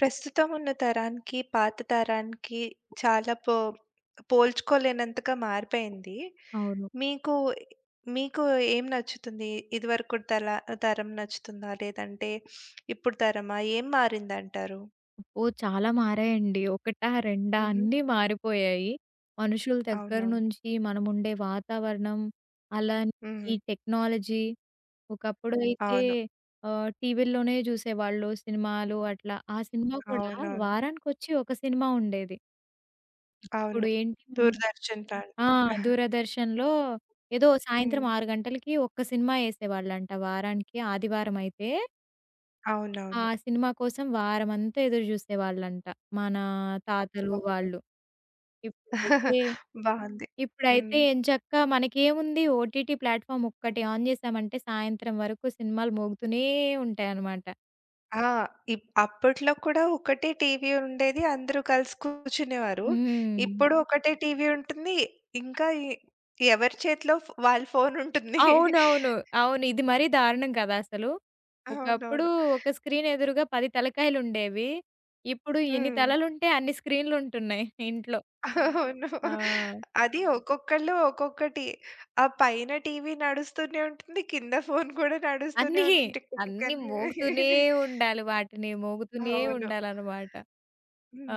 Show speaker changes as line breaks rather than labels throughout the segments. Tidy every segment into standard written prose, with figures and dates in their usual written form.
ప్రస్తుతం ఉన్న తరానికి, పాత తరానికి చాలా పో పోల్చుకోలేనంతగా మారిపోయింది.
అవును.
మీకు మీకు ఏం నచ్చుతుంది? ఇదివరకు తరం నచ్చుతుందా? లేదంటే ఇప్పుడు తరమా? ఏం మారిందంటారు?
అబ్బో! చాలా మారాయండి. ఒకటా, రెండా
హుహు.
అన్నీ మారిపోయాయి. మనుషుల దగ్గర
అవునవును.
నుంచి మనముండే వాతావరణం, అలానే ఈ
హ్మ్.
టెక్నాలజీ. ఒకప్పుడు అయితే
అవును.
టీవీల్లోనే జూసేవాళ్ళు సినిమాలు అట్లా. ఆ సినిమా కూడా
అవునవును.
వారానికొచ్చి ఒక సినిమా ఉండేది. ఇప్పుడు
అవును.
ఏంటి మనం
'దూరదర్శన్' లాంటి.
ఆ! దూరదర్శన్‌లో ఏదో సాయంత్రం
హ్మ్.
6 గంటలకి ఒక్క సినిమా యేసేవాళ్ళంట వారానికి ఆదివారమైతే. ఆ
అవునవును.
సినిమా కోసం వారమంతా ఎదురు జూసేవాళ్ళంట. మన తాతలు
అవును.
వాళ్ళు. ఇప్పుడైతే
బావుంది.
ఇప్పుడైతే
హ్మ్.
ఎంచక్కా మనకేముంది ఓటీటీ ప్లాట్‌ఫార్మ్ ఒక్కటి ఆన్ జేశామంటే సాయంత్రం వరకు సినిమాలు మోగుతూనే ఉంటాయనమాట.
ఆ! అప్పట్లో కూడా ఒకటే టీవీ ఉండేది. అందరూ కలిసి కూర్చునేవారు.
హ్మ్.
ఇప్పుడు హ్మ్. ఒకటే టీవీ ఉంటుంది. ఇంకా ఎవరి చేతిలో వాళ్ళ ఫోన్ ఉంటుంది.
అవునవును. అవును. ఇది మరీ దారుణం కదా అసలు. ఒకప్పుడు
అవునవును.
ఒక స్క్రీన్ ఎదురుగా 10 తలకాయలుండేవి. ఇప్పుడు ఎన్ని
హ్మ్. హ్మ్.
తలలుంటే అన్ని స్క్రీన్‌లుంటున్నాయి ఇంట్లో.
అవును.
ఆ!
అది ఒక్కొక్కళ్ళు ఒక్కొక్కటి. ఆ పైన టీవీ నడుస్తూనే ఉంటుంది. కింద ఫోన్ కూడా నడుస్తూనే
అన్నీ.
ఉంటుంది. టిక్ టిక్ టిక్
అన్నీ
అని.
మోగుతూనే ఉండాలి వాటిని. మోగుతూనే
అవును.
ఉండాలనమాట.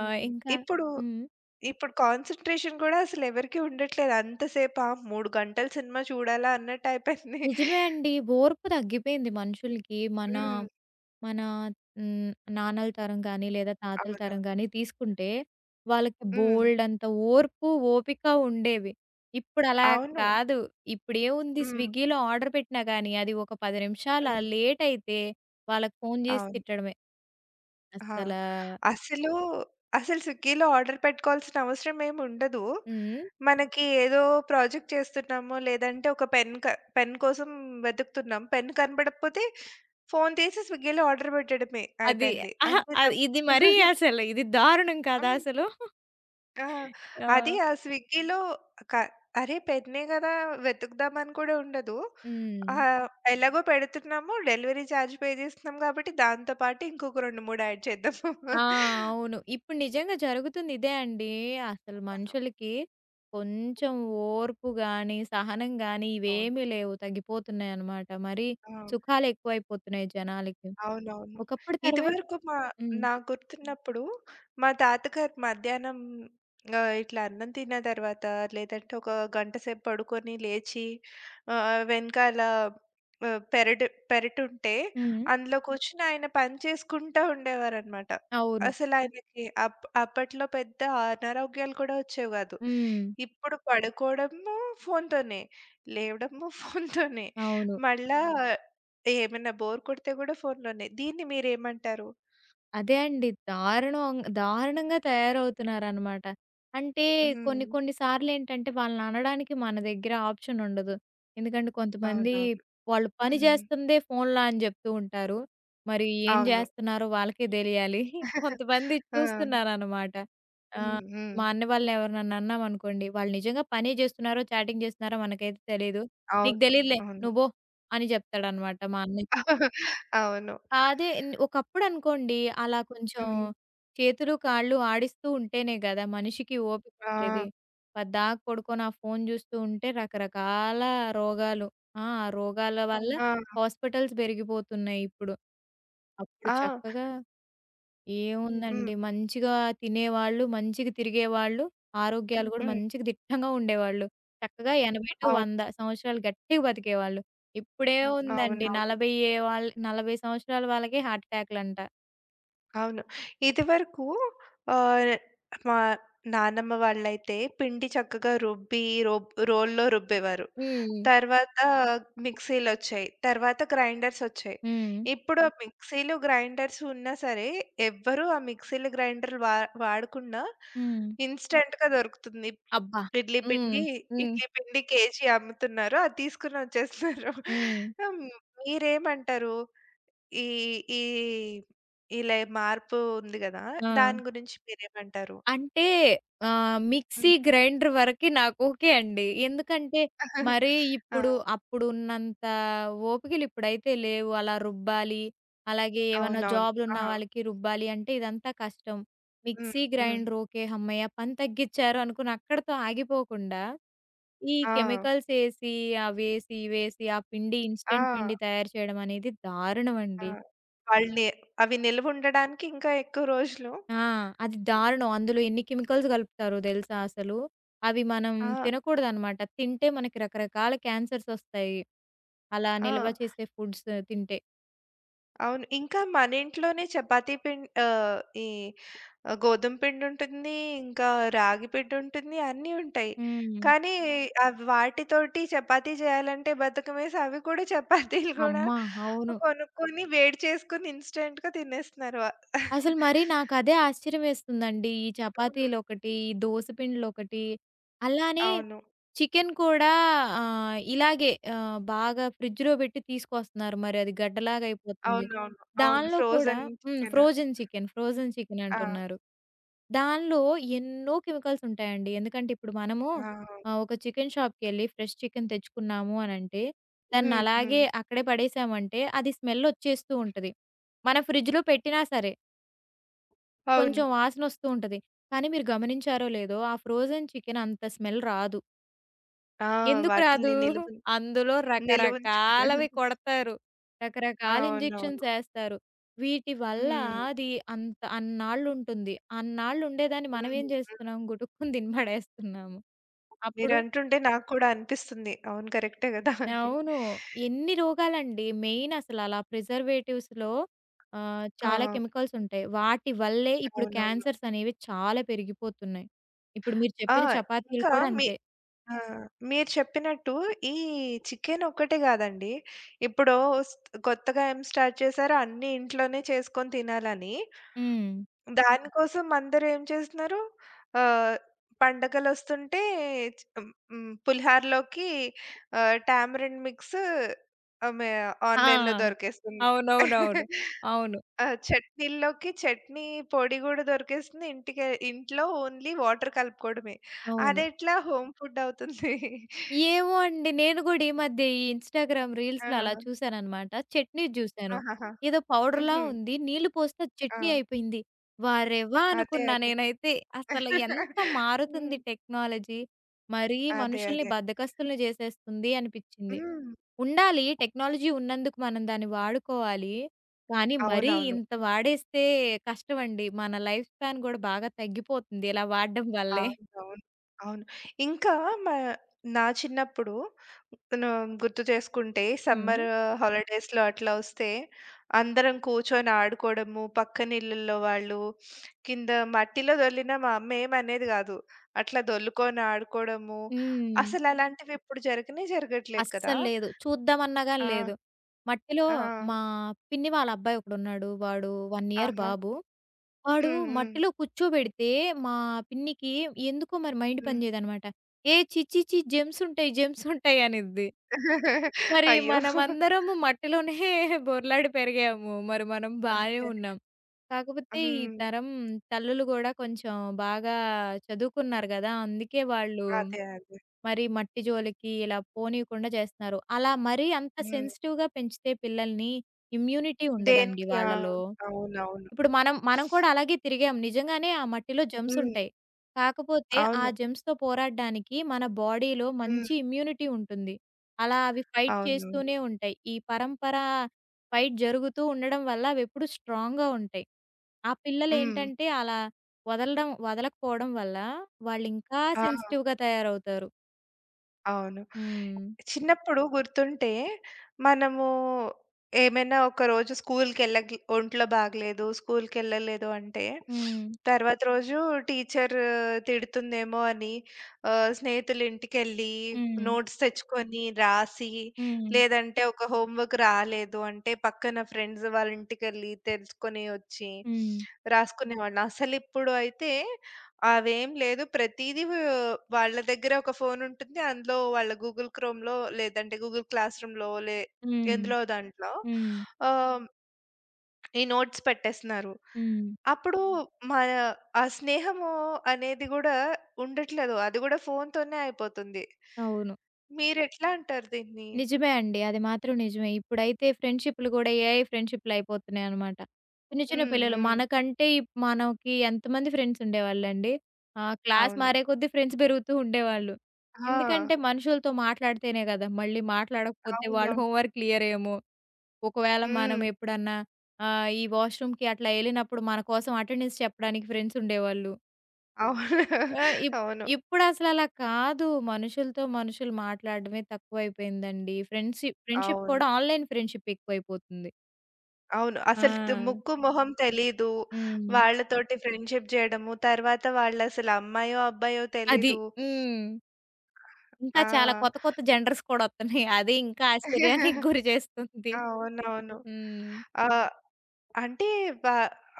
ఆహ్, ఇంకా
ఇప్పుడు
హ్మ్.
ఇప్పుడు కాన్సంట్రేషన్ కూడా అసలెవరికీ ఉండట్లేదు. అంతసేపా 3 గంటలు సినిమా చూడాలా అన్నట్టయిపోయింది.
నిజమే అండి. ఓర్పు తగ్గిపోయింది మనుషులకి. మన
హ్మ్.
మన హ్మ్. నాన్నల తరం గానీ, లేదా తాతల తరం
అవునవును.
గానీ తీసుకుంటే, వాళ్ళకి
హ్మ్.
బోలెడంత ఓర్పు, ఓపిక ఉండేవి. ఇప్పుడలా
అవును.
కాదు. ఇప్పుడేముంది
హ్మ్.
స్విగ్గీలో ఆర్డర్ పెట్టినా గానీ, అది ఒక 10 నిమిషాల
హ్మ్.
లేటయితే వాళ్ళకి ఫోను జేసి
అవును.
తిట్టడమే.
ఆ!
అసలా
అసలు, అసలు స్విగ్గీలో ఆర్డర్ పెట్టుకోవాల్సిన అవసరం ఏముండదు.
హ్మ్.
మనకి ఏదో ప్రాజెక్ట్ చేస్తున్నాము, లేదంటే ఒక పెన్ కోసం వెతుకుతున్నాం. పెన్ కనపడకపోతే ఫోను తీసి స్విగ్గీలో ఆర్డర్ పెట్టడమే
అది
అయిపోయింది.
అహా!
అంతే
అది
తప్
ఇది మరీ అసలు ఇది దారుణం కాదా
హ్మ్.
అసలు?
ఆ! అది
ఆ!
ఆ స్విగ్గీలో క అరే! పెట్టినయి గదా! వెతుకుదామని కూడా ఉండదు.
హ్మ్.
ఆహ్, ఎలాగో పెడుతున్నాము, డెలివరీ చార్జ్ పే చేస్తున్నాం కాబట్టి దాంతో పాటు ఇంకొక 2, 3 యాడ్ చేద్దాము. అవును.
ఆ! అవును. ఇప్పుడు నిజంగా జరుగుతుంది ఇదే అండి. అసలు మనుషులకి కొంచెం ఓర్పు గాని, సహనం గాని
అవును.
ఇవేమీ లేవు. తగ్గిపోతున్నాయన్నమాట. మరి
ఆ!
సుఖాలు ఎక్కువైపోతున్నాయి జనాలకి.
అవునవును.
ఒకప్పుడు తరమే
ఇదివరకు
హ్మ్.
నాకు గుర్తున్నప్పుడు మా తాతగారు మధ్యాహ్నం ఇట్లా అన్నం తిన్న తర్వాత లేదంటే ఒక గంట సేపు పడుకొని లేచి వెనకాల ఆహ్, పెరడు పెరటుంటే
హ్మ్.
అందులో కూర్చొని ఆయన పని చేసుకుంటా ఉండేవారనమాట.
అవును.
అసలు ఆయనకి అప్పట్లో పెద్ద అనారోగ్యాలు కూడా వచ్చేవి కాదు.
హ్మ్.
ఇప్పుడు పడుకోవడము ఫోనుతోనే, లేవడము ఫోనుతోనే.
అవును.
మళ్ళా ఆ. ఏమన్నా బోర్ కొడితే గూడా ఫోనులోనే. దీన్ని మీరేమంటారు?
అదే అండి. దారుణం దారుణంగా తయారవుతున్నారనమాట. అంటే కొన్ని
హ్మ్.
కొన్ని సార్లేంటంటే వాళ్ళననడానికి మన దగ్గర ఆప్షన్ ఉండదు. ఎందుకంటే కొంతమంది
అవునవును.
వాళ్ళు పని
హ్మ్.
చేస్తుందే ఫోన్‌లో అని జెప్తూ ఉంటారు. మరి ఏం
అవును.
జేస్తున్నారో వాళ్ళకే దెలియాలి. కొంతమంది
ఆ!
చూస్తున్నారనమాట. ఆహ్,
హ్మ్. హ్మ్.
మా అన్న వాళ్ళని ఎవరినన్నా అన్నామనుకోండి, వాళ్ళు నిజంగా పనే జేస్తున్నారో, చాటింగ్ జేస్తున్నారో మనకైతే తెలీదు. "నీకు
అవును.
దెలీదులే
అవును.
నువ్వు బో" అని జెప్తాడనమాట మా అన్నయ్య.
అవును.
ఆ, అదే న్ ఒకప్పుడనుకోండి అలా కొంచెం
హ్మ్.
చేతులు, కాళ్ళు ఆడిస్తూ ఉంటేనే గదా! మనిషికి ఓపికుండేది.
ఆ!
పద్దాక పడుకొని ఆ ఫోను జూస్తూ ఉంటే రకరకాల రోగాలు ఆ! రోగాల వల్ల అవును.
ఆ!
హాస్పిటల్స్ పెరిగిపోతున్నాయి ఇప్పుడు. అప్పుడు
ఆ!
చక్కగా
హ్మ్.
ఏముందండి. మంచిగా తినేవాళ్ళు, మంచిగా తిరిగేవాళ్ళు, ఆరోగ్యాలు గూడా
హ్మ్.
మంచిగా దిట్టంగా ఉండేవాళ్ళు. చక్కగా
అవును.
80-100 సంవత్సరాలు గట్టిగా బతికేవాళ్ళు. ఓకే. ఇప్పుడేముందండి
అవునవును.
40 ఏ వాళ్ళ 40 సంవత్సరాల వాళ్ళకే హార్ట్ అటాక్‌లంట.
అవును. ఇదివరకు ఆహ్, మా నానమ్మ వాళ్ళైతే పిండి చక్కగా రుబ్బి రోల్లో రుబ్బేవారు.
హ్మ్.
తర్వాత మిక్సీలొచ్చాయి. తర్వాత గ్రైండర్సొచ్చాయి.
హ్మ్.
ఇప్పుడు ఆ మిక్సీలు, గ్రైండర్స్ ఉన్నా సరే ఎవ్వరూ ఆ మిక్సీలు, గ్రైండర్‌లు వాడకుండా
హ్మ్.
ఇన్‌స్టంట్‌గా దొరుకుతుంది.
అబ్బా!
ఇడ్లీ
హ్మ్.
పిండి,
హ్మ్.
ఇడ్లీ పిండి కేజీ అమ్ముతున్నారు. అది తీసుకొని వచ్చేస్తున్నారు.
హ్మ్.
హ్మ్. మీరేమంటారు? ఈ ఈ ఇలా మార్పు ఉంది గదా!
ఆ!
దాని గురించి మీరేమంటారు?
అంటే మిక్సీ,
హ్మ్.
గ్రైండర్ వరకి నాకు ఓకే అండి. ఎందుకంటే మరీ ఇప్పుడు
ఆ!
అప్పుడున్నంత ఓపికలు ఇప్పుడైతే లేవు. అలా రుబ్బాలి, అలాగే ఏవన్నా
అవునవును.
జాబ్‌లున్న
ఆ!
వాళ్ళకి రుబ్బాలి అంటే ఇదంతా కష్టం.
హ్మ్.
మిక్సీ,
హ్మ్.
Grinder okay. హమ్మయ్య! పని తగ్గిచ్చారు అనుకుని అక్కడితో ఆగిపోకుండా, ఈ
ఆ!
కెమికల్స్ ఏసి, అవేసి, ఇవేసి ఆ పిండి
ఆ!
ఇన్‌స్టంట్ పిండి తయారు చేయడం అనేది దారుణం
ఆ!
అండి.
వాళ్ళని అవి నిలవుండడానికి ఇంకా ఎక్కువ రోజులు.
ఆ! అది దారుణం. అందులో ఎన్ని కెమికల్స్ కలుపుతారో తెలుసా అసలు? అవి మనం
ఆ!
తినకూడదనమాట. తింటే మనకి రకరకాల క్యాన్సర్స్ వస్తాయి. అలా
ఆ!
నిల్వ చేసే ఫుడ్స్ తింటే.
అవును. ఇంకా మన ఇంట్లోనే చపాతీ పిండి, ఆహ్, ఈ ఆ! గోధుమ పిండుంటుంది. ఇంకా రాగి పిండుంటుంది. అన్నీ ఉంటాయి.
హ్మ్.
కానీ హ్మ్. అవి వాటితోటి చపాతీ చేయాలంటే బద్ధకమేసి అవి కూడా, చపాతీలు కూడా
అమ్మ! అవును.
కొనుక్కొని, వేడి చేసుకొని ఇన్‌స్టంట్‌గా తినేస్తున్నారు. వ
అసలు మరి నాకదే ఆశ్చర్యమేస్తుందండి. ఈ
హ్మ్.
చపాతీలొకటి, ఈ దోస పిండిలొకటి అలానే
అవును.
చికెన్ కూడా ఇలాగే బాగా ఫ్రిడ్జ్‌లో పెట్టి తీసుకొస్తున్నారు. మరి అది గడ్డలాగా అయిపోతుంది.
అవునవును. అవును. అవును,
దానిలో కూడా
frozen chicken.
Frozen chicken, frozen chicken
ఆ!
అంటున్నారు. దానిలో ఎన్నో కెమికల్స్ ఉంటాయండి. ఎందుకంటే ఇప్పుడు మనము
ఆ!
ఒక చికెన్ షాప్‌కెళ్ళి ఫ్రెష్ చికెన్ తెచ్చుకున్నాము అనంటే, దాన్ని
హ్మ్.
అలాగే
హ్మ్.
అక్కడే పడేసామంటే అది స్మెల్ వచ్చేస్తూ ఉంటది. మన ఫ్రిడ్జ్‌లో పెట్టినా సరే కొంచెం
అవును.
వాసనొస్తూ ఉంటది. కానీ మీరు గమనించారో లేదో ఆ ఫ్రోజన్ చికెన్ అంత స్మెల్ రాదు.
ఆ!
ఎందుకు రాదు?
వాటిల్ని నిలువుం
అందులో
నిలువుంచడం.
రకరకాలవి కొడతారు. రకరకాల ఇంజెక్షన్స్
అవునవును.
ఏస్తారు. వీటి వల్ల
హ్మ్.
అది అంత అన్నాళ్ళుంటుంది. అన్నాళ్ళుండేదాన్ని
హ్మ్.
మనమేం జేస్తున్నాం? గుటుక్కుని తిని పడేస్తున్నాము. అప్పుడు
మీరంటుంటే నాకు కూడా అనిపిస్తుంది. అవును. కరెక్టే గదా అని.
అవును. ఎన్ని రోగాలండి. మెయిన్ అసలలా ప్రిజర్వేటివ్స్‌లో
ఆ!
చాలా కెమికల్స్ ఉంటాయి. వాటి వల్లే ఇప్పుడు
అవునవును.
క్యాన్సర్స్ అనేవి చాలా పెరిగిపోతున్నాయి. ఇప్పుడు మీరు
ఆ!
చెప్పిన చపాతీలు
ఇంకా
కూడా
మీ
అంతే.
ఆ! మీరు చెప్పినట్టు ఈ చికెన్ ఒక్కటే గాదండి. ఇప్పుడు స్ కొత్తగా ఏం స్టార్ట్ చేశారో, అన్నీ ఇంట్లోనే చేసుకొని తినాలని.
హ్మ్.
దానికోసం అందరూ ఏం చేస్తున్నారు? ఆహ్, పండగలొస్తుంటే చ్ హ్మ్. పులిహారలోకి టామరిన్ మిక్స్ ఆమె ఆన్‌లైన్‌లో
ఆ!
దొరికేస్తుంది.
అవునవునవును. అవును.
ఆ! చట్నీల్లోకి చట్నీ పొడి గూడా దొరికేస్తుంది. ఇంటికే ఇంట్లో ఓన్లీ వాటర్ కలుపుకోవడమే.
అవును.
అదెట్లా హోమ్ ఫుడ్ అవుతుంది?
ఏమో అండి. నేను గూడా ఈ మధ్య ఈ ఇన్‌స్టాగ్రామ్
ఆ!
రీల్స్‌లో అలా చూసాననమాట. చట్నీ జూసాను.
ఆహాహా!
ఏదో పౌడర్‌లా
హుహు.
ఉంది. నీళ్లు పోస్తే అది
ఆ!
చట్నీ అయిపోయింది. వారెవ్వా!
అదే.
అనుకున్నా
అదే.
నేనైతే. అసలు ఎంత మారుతుంది
హ్మ్.
టెక్నాలజీ. మరీ
అదే.
మనుషుల్ని
అదే.
బద్ధకస్తుల్ని జేసేస్తుంది అనిపిచ్చింది.
హ్మ్.
ఉండాలి టెక్నాలజీ ఉన్నందుకు మనం దాన్ని వాడుకోవాలి. కానీ మరీ
అవునవును.
ఇంత వాడేస్తే కష్టమండి. మన లైఫ్ స్పాన్ గూడా బాగా తగ్గిపోతుంది ఇలా వాడడం వల్లే.
అవునవును. అవును. ఇంకా మా నా చిన్నప్పుడు ను గుర్తు చేసుకుంటే
హ్మ్.
సమ్మర్ హాలిడేస్‌లో అట్లా వస్తే అందరం కూర్చొని ఆడుకోవడము, పక్కన ఇళ్ళల్లో వాళ్ళు, కింద మట్టిలో దొర్లినా మా అమ్మ ఏమనేది కాదు. అట్లా దొర్లుకొని ఆడుకోవడము,
హ్మ్.
అసలు అలాంటివి ఇప్పుడు జరగనే జరగట్లేదు కదా!
అస్సలు లేదు. చూద్దామన్నా గాని
ఆ!
లేదు. మట్టిలో
ఆ!
మా పిన్ని వాళ్ళ అబ్బాయి ఒకడున్నాడు. వాడు 1 ఇయర్
ఆహా!
బాబు. వాడు
హ్మ్. హ్మ్.
మట్టిలో కూర్చోబెడితే మా పిన్నికి ఎందుకో మరి మైండ్
హ్మ్.
పని చేయదనమాట. ఏ ఛీ ఛీ ఛీ జెమ్స్ ఉంటాయి, జెమ్స్ ఉంటాయి అనిద్ది. మరి
అయ్యో!
మనమందరము మట్టిలోనే బొర్లాడి పెరిగాము. మరి మనం
అదే.
బానే
అదే.
ఉన్నాం. కాకపోతే ఈ
హ్మ్.
తరం తల్లులు గూడా కొంచెం బాగా చదువుకున్నారు గదా! అందుకే వాళ్ళు
అదే. అదే.
మరి మట్టి జోలికి ఇలా పోనీయకుండా చేస్తున్నారు. అలా మరీ అంత
హ్మ్.
సెన్సిటివ్‌గా పెంచితే పిల్లల్ని ఇమ్యూనిటీ ఉండదండి
దేనికి? ఆ!
వాళ్ళలో.
అవునవును.
ఇప్పుడు మనం కూడా అలాగే తిరిగాం. నిజంగానే ఆ మట్టిలో జెర్మ్స్
హ్మ్.
ఉంటాయి. కాకపోతే ఆ
అవును.
జెర్మ్స్‌తో పోరాడడానికి మన బాడీలో
హ్మ్.
మంచి ఇమ్యూనిటీ ఉంటుంది. అలా అవి ఫైట్
అవునవును.
చేస్తూనే ఉంటాయి. ఈ పరంపర ఫైట్ జరుగుతూ ఉండడం వల్ల అవెప్పుడు స్ట్రాంగ్‌గా ఉంటాయి. ఆ
హ్మ్.
పిల్లలేంటంటే అలా వదలడం వదలకపోవడం వల్ల వాళ్ళింకా
ఆ!
సెన్సిటివ్‌గా తయారవుతారు.
అవును.
హ్మ్.
చిన్నప్పుడు గుర్తుంటే మనము ఏమైనా ఒకరోజు స్కూల్‌కెళ్ళకి, ఒంట్లో బాగలేదు, స్కూల్‌కెళ్ళలేదు అంటే
హ్మ్.
తర్వాత రోజు టీచర్ తిడుతుందేమో అని స్నేహితుల ఇంటికెళ్ళి
హ్మ్.
నోట్స్ తెచ్చుకొని రాసి,
హ్మ్.
లేదంటే ఒక హోంవర్క్ రాలేదు అంటే పక్కన ఫ్రెండ్స్ వాళ్ళ ఇంటికెళ్ళి తెలుసుకొని వచ్చి
హ్మ్.
రాసుకునేవాళ్ళం. అసలిప్పుడు అయితే అవేం లేదు. ప్రతీదీ వాళ్ళ దగ్గర ఒక ఫోను ఉంటుంది. అందులో వాళ్ళ గూగుల్ క్రోమ్‌లో లేదంటే గూగుల్ క్లాస్ రూమ్‌లో
హ్మ్.
ఎందులో దాంట్లో
హ్మ్.
ఆహ్, హ్మ్. ఈ నోట్స్ పెట్టేస్తున్నారు.
హ్మ్.
అప్పుడు హ్మ్. మన ఆ స్నేహము అనేది గూడా ఉండట్లేదు. అది గూడా ఫోనుతోనే అయిపోతుంది.
అవును.
మీరెట్లా అంటారు దీన్ని?
నిజమే అండి. అది మాత్రం నిజమే. ఇప్పుడైతే ఫ్రెండ్‌షిప్‌లు గూడా ఏఐ ఫ్రెండ్‌షిప్‌లయిపోతున్నాయనమాట. చిన్న చిన్న
హ్మ్.
పిల్లలు
హ్మ్.
మనకంటే మనకి ఎంతమంది ఫ్రెండ్స్ ఉండేవాళ్ళండి. క్లాస్
అవును.
మారే కొద్దీ ఫ్రెండ్స్ పెరుగుతూ ఉండేవాళ్ళు.
ఆ!
ఎందుకంటే మనుషులతో మాట్లాడితేనే గదా! మళ్ళీ మాట్లాడకపోతే వాళ్ళ
అవునవును.
హోంవర్క్ క్లియర్ ఏమో! ఒకవేళ మనం
హ్మ్.
ఎప్పుడన్నా ఈ వాష్‌రూమ్‌కి అట్లా ఎళ్ళినప్పుడు మన కోసం అటెండెన్స్ చెప్పడానికి ఫ్రెండ్స్ ఉండేవాళ్ళు.
అవును.
ఆ!
అవును.
ఇప్పుడసలలా కాదు. మనుషులతో మనుషులు మాట్లాడడమే తక్కువైపోయిందండి. ఫ్రెండ్‌షిప్ ఫ్రెండ్‌షిప్
అవును.
కూడా ఆన్‌లైన్ ఫ్రెండ్‌షిప్ ఎక్కువైపోతుంది.
అవును. అసలు
ఆ!
ముక్కు, మొహం తెలీదు.
హ్మ్.
వాళ్ళతోటి ఫ్రెండ్‌షిప్ జేయడము, తర్వాత వాళ్ళసలు అమ్మాయో, అబ్బాయో
అది.
తెలీదు.
హ్మ్. ఇంకా
ఆ!
చాలా కొత్త కొత్త జెండర్స్ కూడా వత్తున్నాయి. అది ఇంకా ఆశ్చర్యానికి గురి చేస్తుంది.
అవునవును.
హ్మ్.
ఆహ్, అంటే వ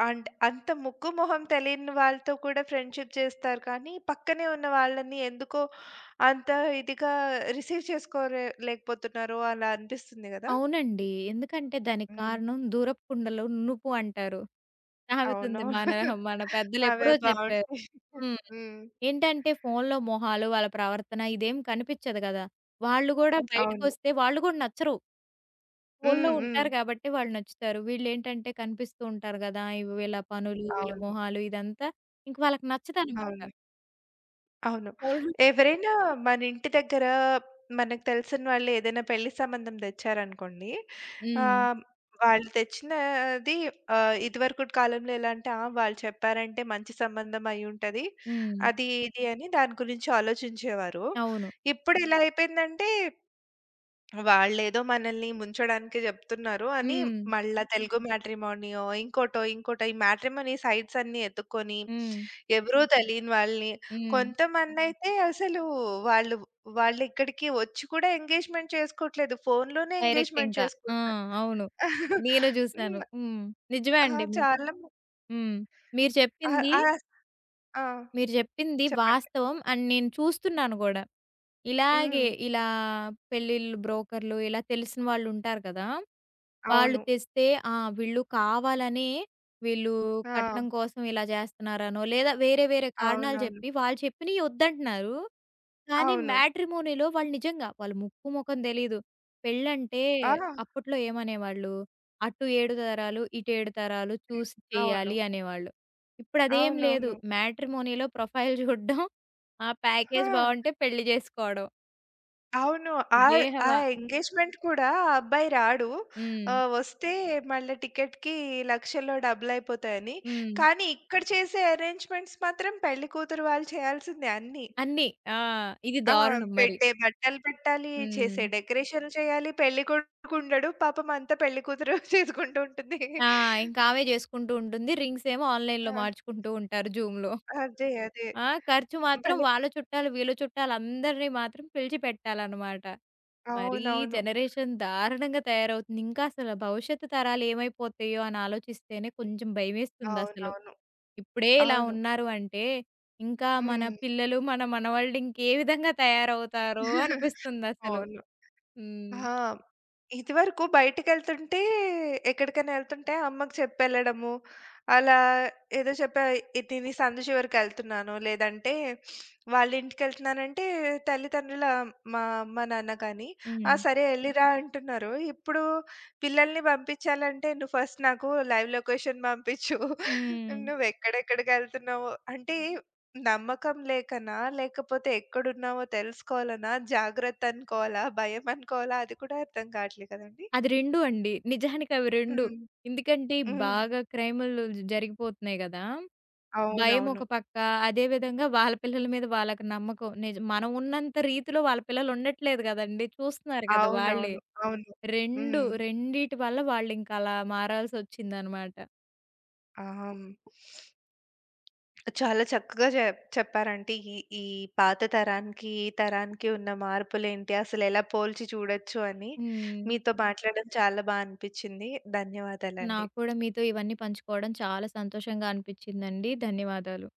అంట్ అంత ముక్కు, మొహం తెలియని వాళ్ళతో కూడా ఫ్రెండ్‌షిప్ చేస్తారు కానీ, పక్కనే ఉన్న వాళ్ళని ఎందుకో అంత ఇదిగా రిసీవ్ చేసుకోలే లేకపోతున్నారో, అలా అనిపిస్తుంది గదా!
అవునండి. ఎందుకంటే దానికి
హ్మ్.
కారణం దూరపు కుండలో నునుపు అంటారు.
అవును.
సామెతుంది మన మన
అవే
పెద్దలెప్పుడో చెప్పారు.
బావుంటాయి.
హ్మ్.
హ్మ్.
ఏంటంటే ఫోనులో మొహాలు, వాళ్ళ ప్రవర్తన ఇదేం కనిపిచ్చదు గదా! వాళ్ళు గూడా
అవును.
బయటకొస్తే వాళ్ళు గూడా నచ్చరు. ఫోనులో
హ్మ్. హ్మ్.
ఉంటారు గాబట్టి వాళ్ళు నచ్చుతారు. వీళ్ళేంటంటే కనిపిస్తూ ఉంటారు గదా! ఇవి వీళ్ళ పనులు, వీళ్ళ
అవును.
మొహాలు ఇదంతా ఇంక వాళ్ళకి నచ్చదనమాట.
అవును. అవును.
ఫోనులో
ఎవరైనా మన ఇంటి దగ్గర మనకు తెలిసిన వాళ్ళు ఏదైనా పెళ్లి సంబంధం తెచ్చారనుకోండి.
హ్మ్.
ఆహ్, వాళ్ళు తెచ్చినది, ఇదివరకటి కాలంలో ఎలా అంటే, ఆ! వాళ్ళు చెప్పారంటే మంచి సంబంధం అయ్యుంటది.
హ్మ్.
అది ఇది అని దాని గురించి ఆలోచించేవారు.
అవును.
ఇప్పుడు ఎలా అయిపోయిందంటే వాళ్ళేదో మనల్ని ముంచడానికి జెప్తున్నారు అని
హ్మ్.
మళ్ళా తెలుగు హ్మ్. మ్యాట్రిమోనియో, ఇంకోటో, ఇంకోటో, ఈ మ్యాట్రిమోనీ సైట్స్ అన్నీ ఎతుక్కొని,
హ్మ్.
ఎవరో తెలియని వాళ్ళని హ్మ్.
హ్మ్.
కొంతమందయితే అసలు వాళ్ళు వాళ్ళిక్కడికి వచ్చి కూడా ఎంగేజ్‌మెంట్ చేసుకోవట్లేదు. ఫోనులోనే
డైరెక్ట్
ఎంగేజ్‌మెంట్
ఇంకా. ఆ!
చేసుకుంటున్నారు.
అవును. నేను జూసాను.
హ్మ్.
హ్మ్. నిజమే
ఆ!
అండి. మీ
చాలా మ
హ్మ్. మీరు
ఆ!
చెప్పింది
ఆ! ఆ!
మీరు చెప్పింది
చెప్పండి.
వాస్తవం అండ్ నేను చూస్తున్నాను గూడా.
హ్మ్.
ఇలాగే ఇలా పెళ్ళిళ్ళు బ్రోకర్‌లు ఇలా తెలిసిన వాళ్ళుంటారు కదా! వాళ్ళు
అవును.
తెస్తే ఆ! వీళ్ళు
ఆ!
కట్నం కోసం ఇలా చేస్తున్నారనో, లేదా వేరే వేరే కారణాలు
అవునవును.
చెప్పి వాళ్ళు చెప్పినయి వద్దంటున్నారు. కానీ
అవును.
మ్యాట్రిమోనీలో వాళ్ళు నిజంగా వాళ్ళు ముక్కు ముఖం తెలీదు. పెళ్ళంటే
ఆ!
అప్పట్లో ఏమనేవాళ్ళు? అటు 7 తరాలు, ఇటు 7 తరాలు చూసి
అవును.
చేయాలి అనేవాళ్ళు. ఇప్పుడదేం లేదు.
అవునవును.
మ్యాట్రిమోనీలో ప్రొఫైల్ చూడడం, ఆ ప్యాకేజ్
ఆ!
బావుంటే పెళ్లి చేసుకోవడం.
అవును.
ఇదే
ఆహ్, ఆ
హవా.
ఎంగేజ్‌మెంట్ కూడా ఆ అబ్బాయి రాడు.
హ్మ్.
ఆహ్, వస్తే మళ్ళా టికెట్‌కి లక్షల్లో డబ్బులయిపోతాయని.
హ్మ్.
కానీ ఇక్కడ చేసే అరేంజ్‌మెంట్స్ మాత్రం పెళ్లి కూతురు వాళ్ళు చేయాల్సిందే అన్నీ.
అన్నీ. ఆ! ఇది
ఆ!
దారుణం మరి.
పెట్టే బట్టలు పెట్టాలి, చేసే
హ్మ్.
డెకరేషన్‌లు చేయాలి, పెళ్ళికొడుకు ఉండడు. పాపం అంతా పెళ్లి కూతురు చేసుకుంటూ ఉంటుంది.
ఆ! ఇంకా ఆమె చేసుకుంటూ ఉంటుంది. రింగ్స్ ఏమో ఆన్‌లైన్‌లో
ఆ!
మార్చుకుంటూ ఉంటారు జూమ్‌లో.
అదే. అదే.
ఆ! ఖర్చు మాత్రం
భలే.
వాళ్ళ చుట్టాలు, వీళ్ళ చుట్టాలు అందరిని మాత్రం పిలిచి పెట్టాలన్నమాట. మరి ఈ
అవునవును.
జనరేషన్ దారుణంగా తయారవుతుంది. ఇంకా అసలు భవిష్యత్తు తరాలు ఏమైపోతాయో అని ఆలోచిస్తేనే కొంచెం భయమేస్తుందసలు.
అవునవును.
ఇప్పుడే ఇలా
అవును.
ఉన్నారు అంటే, ఇంకా మన
హ్మ్.
పిల్లలు, మన మనవళ్ళు ఇంకే విధంగా తయారవుతారో అనిపిస్తుందసలు.
అవును.
హ్మ్.
ఆ! ఇదివరకు బయటికెళ్తుంటే, ఎక్కడికైనా ఎళ్తుంటే అమ్మకి చెప్పెళ్ళడము. అలా ఏదో చెప్పా, ఇది నేను ఈ సందు చివరికెళ్తున్నాను, లేదంటే వాళ్ళ ఇంటికెళ్తున్నానంటే, తల్లిదండ్రుల, మా అమ్మ, నాన్న కానీ, "ఆ!
హ్మ్.
సరే ఎళ్ళిరా" అంటున్నారు. ఇప్పుడు పిల్లల్ని పంపించాలంటే "నువ్వు ఫస్ట్ నాకు లైవ్ లొకేషన్ పంపించు.
హ్మ్.
నువ్వు ఎక్కడెక్కడికెళ్తున్నావో" అంటే నమ్మకం లేకనా? లేకపోతే ఎక్కడున్నామో తెలుసుకోవాలనా? జాగ్రత్త అనుకోవాలా? భయం అనుకోవాలా? అది కూడా అర్థం కావట్లే కదండీ!
అది 2 అండి. నిజానికి అవి 2.
హ్మ్.
ఎందుకంటే
హ్మ్.
బాగా క్రైములు జరిగిపోతున్నాయి గదా! భయం ఒక
అవునవును.
పక్క, అదే విధంగా వాళ్ళ పిల్లల మీద వాళ్ళకి నమ్మకం. మనం ఉన్నంత రీతిలో వాళ్ళ పిల్లలు ఉండట్లేదు గదండీ! చూస్తున్నారు గదా! వాళ్ళే.
అవునవును. అవును.
2
హ్మ్.
రెండిటి వల్ల వాళ్ళింక అలా మారాల్సొచ్చిందనమాట.
ఆ! హ్మ్. చాలా చక్కగా చెప్పారంటే ఈ ఈ పాత తరానికి, ఈ తరానికి ఉన్న మార్పులేంటి? అసలెలా పోల్చి చూడొచ్చు అని.
హ్మ్.
మీతో మాట్లాడడం చాలా బా అనిపిచ్చింది. ధన్యవాదాలండి.
నాకు కూడా మీతో ఇవన్నీ పంచుకోవడం చాలా సంతోషంగా అనిపిచ్చిందండి. ధన్యవాదాలు.